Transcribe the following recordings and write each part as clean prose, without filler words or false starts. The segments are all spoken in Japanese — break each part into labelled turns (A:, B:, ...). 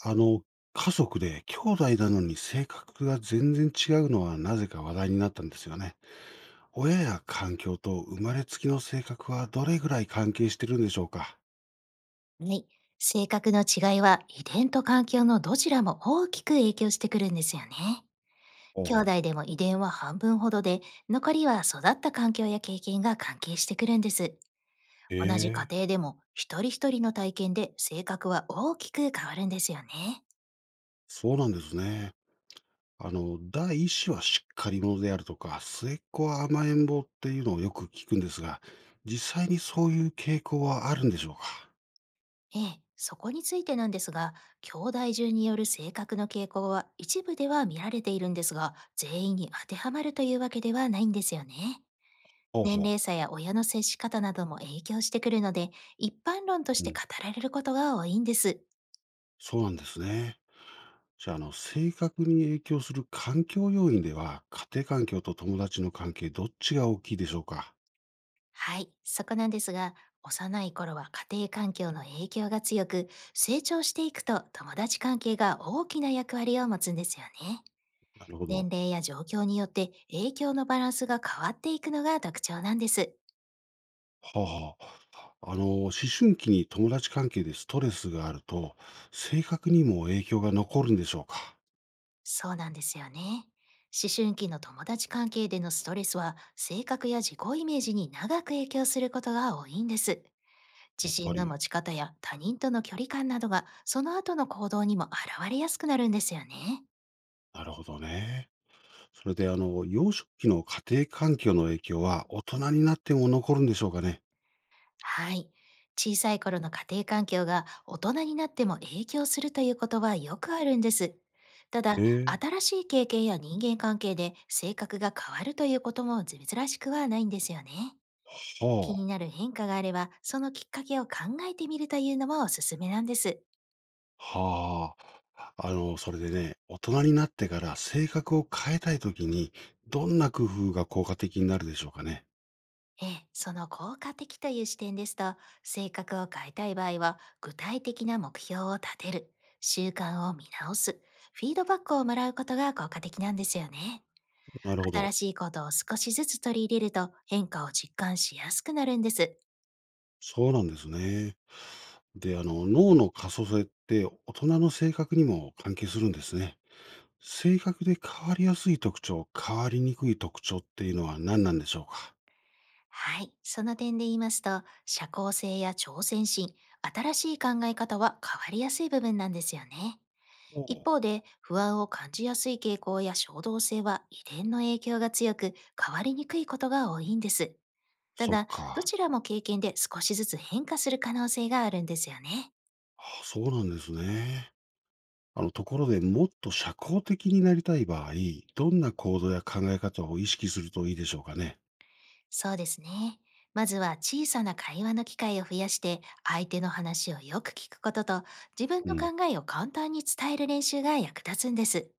A: あの、家族で兄弟なのに性格が全然違うのはなぜか話題になったんですよね。親や環境と生まれつきの性格はどれぐらい関係してるんでしょうか？
B: はい。性格の違いは遺伝と環境のどちらも大きく影響してくるんですよね。
A: ほう
B: 兄
A: ほう。
B: 弟でも遺伝は半分ほどで、残りは育った環境や経験が関係してくるんです。
A: へ
B: 同じ家
A: え、
B: 庭でも一人一人の体験で性格は大きく変わるんですよね。
A: そうなんですね。第一子はしっかり者であるとか、末っ子は甘えん坊っていうのをよく聞くんですが、実際にそういう傾向はあるんでしょうか？
B: ええ、そこについてなんですが、兄弟中による性格の傾向は一部では見られているんですが、全員に当てはまるというわけではないんですよね。
A: ほう
B: 年
A: ほ
B: 齢差や親の接し方なども影響してくるので、一般論とし
A: う。う
B: て
A: ん、
B: 語られることが多いんです。
A: そうなんですね。じゃあ、性格に影響する環境要因では、家庭環境と友達の関係、どっちが大きいでしょうか？
B: はい、そこなんですが、幼い頃は家庭環境の影響が強く、成長していくと友達関係が大きな役割を持つんですよね。
A: なるほど。
B: 年齢や状況によって影響のバランスが変わっていくのが特徴なんです。
A: はあ、思春期に友達関係でストレスがあると、性格にも影響が残るんでしょうか？
B: そうなんですよね。思春期の友達関係でのストレスは性格や自己イメージに長く影響することが多いんです。
A: や
B: 自
A: っぱ
B: 信の
A: り。
B: 持ち方や他人との距離感などがその後の行動にも現れやすくなるんですよね。
A: なるほどね。それで、幼少期の家庭環境の影響は、大人になっても残るんでしょうかね？
B: はい。小さい頃の家庭環境が大人になっても影響するということはよくあるんです。ただ、
A: ええ、
B: 新しい経験や人間関係で性格が変わるということも珍しくはないんですよね。気
A: は
B: に
A: あ。
B: なる変化があれば、そのきっかけを考えてみるというのもおすすめなんです。
A: はあ。それでね、大人になってから性格を変えたいときに、どんな工夫が効果的になるでしょうかね？
B: ええ、その効果的という視点ですと、性格を変えたい場合は、具体的な目標を立てる、習慣を見直す、フィードバックをもらうことが効果的なんですよね。
A: なるほ
B: 新
A: ど。
B: しいことを少しずつ取り入れると変化を実感しやすくなるんです。
A: そうなんですね。で、脳の可塑性って大人の性格にも関係するんですね。性格で変わりやすい特徴、変わりにくい特徴っていうのは何なんでしょうか？
B: はい。その点で言いますと、社交性や挑戦心、新しい考え方は変わりやすい部分なんですよね。
A: お
B: 一
A: う、
B: 方で、不安を感じやすい傾向や衝動性は遺伝の影響が強く、変わりにくいことが多いんです。た
A: そっ
B: だ、ど
A: か。
B: ちらも経験で少しずつ変化する可能性があるんですよね。
A: あ、そうなんですね。ところでもっと社交的になりたい場合、どんな行動や考え方を意識するといいでしょうかね？
B: そうですね。まずは小さな会話の機会を増やして、相手の話をよく聞くことと、自分
A: う
B: の
A: ん。
B: 考えを簡単に伝える練習が役立つんです。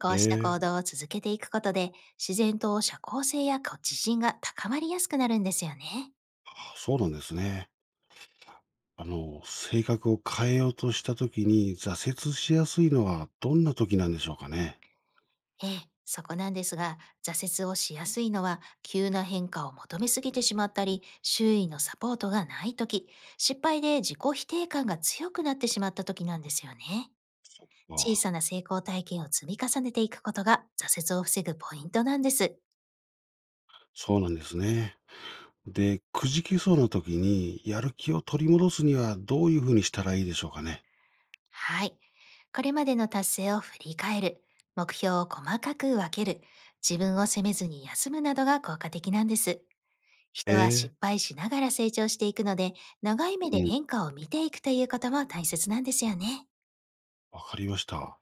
B: こ
A: え
B: うした行
A: え、
B: 動を続けていくことで、自然と社交性や自信が高まりやすくなるんですよね。
A: あ、そうなんですね。性格を変えようとした時に挫折しやすいのはどんな時なんでしょうかね？
B: ええ、そこなんですが、挫折をしやすいのは、急な変化を求めすぎてしまったり、周囲のサポートがないとき、失敗で自己否定感が強くなってしまったときなんですよね。
A: あ
B: 小
A: あ、
B: さな成功体験を積み重ねていくことが、挫折を防ぐポイントなんです。
A: そうなんですね。で、くじけそうな時にやる気を取り戻すにはどういうふうにしたらいいでしょうかね？
B: はい。これまでの達成を振り返る、目標を細かく分ける、自分を責めずに休むなどが効果的なんです。
A: え
B: 人は
A: え、
B: 失敗しながら成長していくので、長い目で
A: うん。
B: 変化を見ていくということも大切なんですよね。
A: わかりました。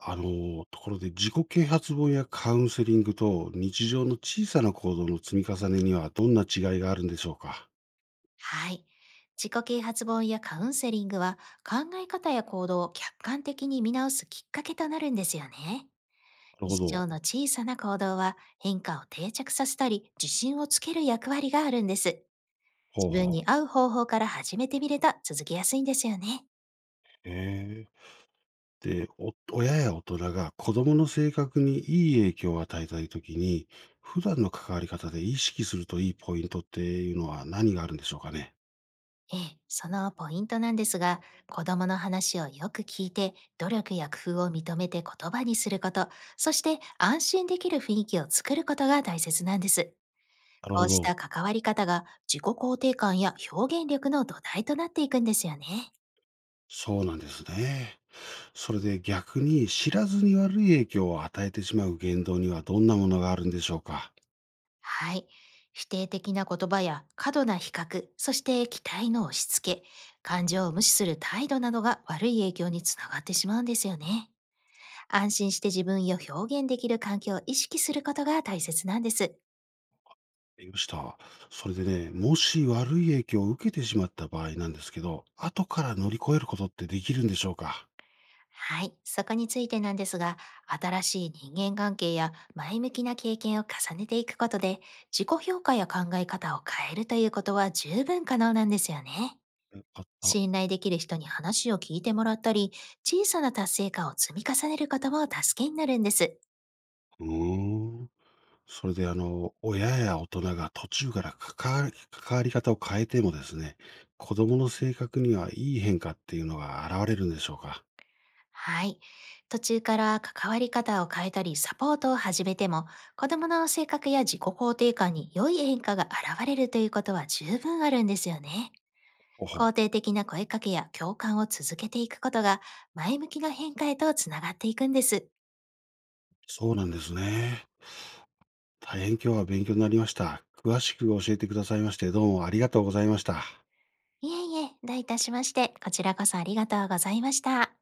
A: ところで自己啓発本やカウンセリングと日常の小さな行動の積み重ねにはどんな違いがあるんでしょうか？
B: はい。自己啓発本やカウンセリングは、考え方や行動を客観的に見直すきっかけとなるんですよね。
A: なるほ
B: 日常
A: ど。
B: の小さな行動は、変化を定着させたり自信をつける役割があるんです。
A: ほう
B: 自
A: ほ
B: 分
A: う。
B: に合う方法から始めてみると続けやすいんですよね。
A: へえ。で、お親や大人が子供の性格にいい影響を与えたいときに、普段の関わり方で意識するといいポイントっていうのは何があるんでしょうかね？
B: ええ、そのポイントなんですが、子供の話をよく聞いて、努力や工夫を認めて言葉にすること、そして安心できる雰囲気を作ることが大切なんです。
A: なる
B: こ
A: ほ
B: うし
A: ど。
B: た関わり方が、自己肯定感や表現力の土台となっていくんですよね。
A: そうなんですね。それで逆に知らずに悪い影響を与えてしまう言動にはどんなものがあるんでしょうか？
B: はい。否定的な言葉や過度な比較、そして期待の押し付け、感情を無視する態度などが悪い影響につながってしまうんですよね。安心して自分を表現できる環境を意識することが大切なんです。
A: よした。それでね、もし悪い影響を受けてしまった場合なんですけど、後から乗り越えることってできるんでしょうか？
B: はい。そこについてなんですが、新しい人間関係や前向きな経験を重ねていくことで、自己評価や考え方を変えるということは十分可能なんですよね。
A: よかった。
B: 信頼できる人に話を聞いてもらったり、小さな達成感を積み重ねることも助けになるんです。
A: うーん。それで親や大人が途中から関わり方を変えてもですね、子供の性格にはいい変化っていうのが現れるんでしょうか？
B: はい。途中から関わり方を変えたりサポートを始めても、子供の性格や自己肯定感に良い変化が現れるということは十分あるんですよね。
A: おほ。
B: 肯定的な声かけや共感を続けていくことが、前向きな変化へとつながっていくんです。
A: そうなんですね。大変今日は勉強になりました。詳しく教えてくださいまして、どうもありがとうございました。
B: いえいえ、どういたしまして、こちらこそありがとうございました。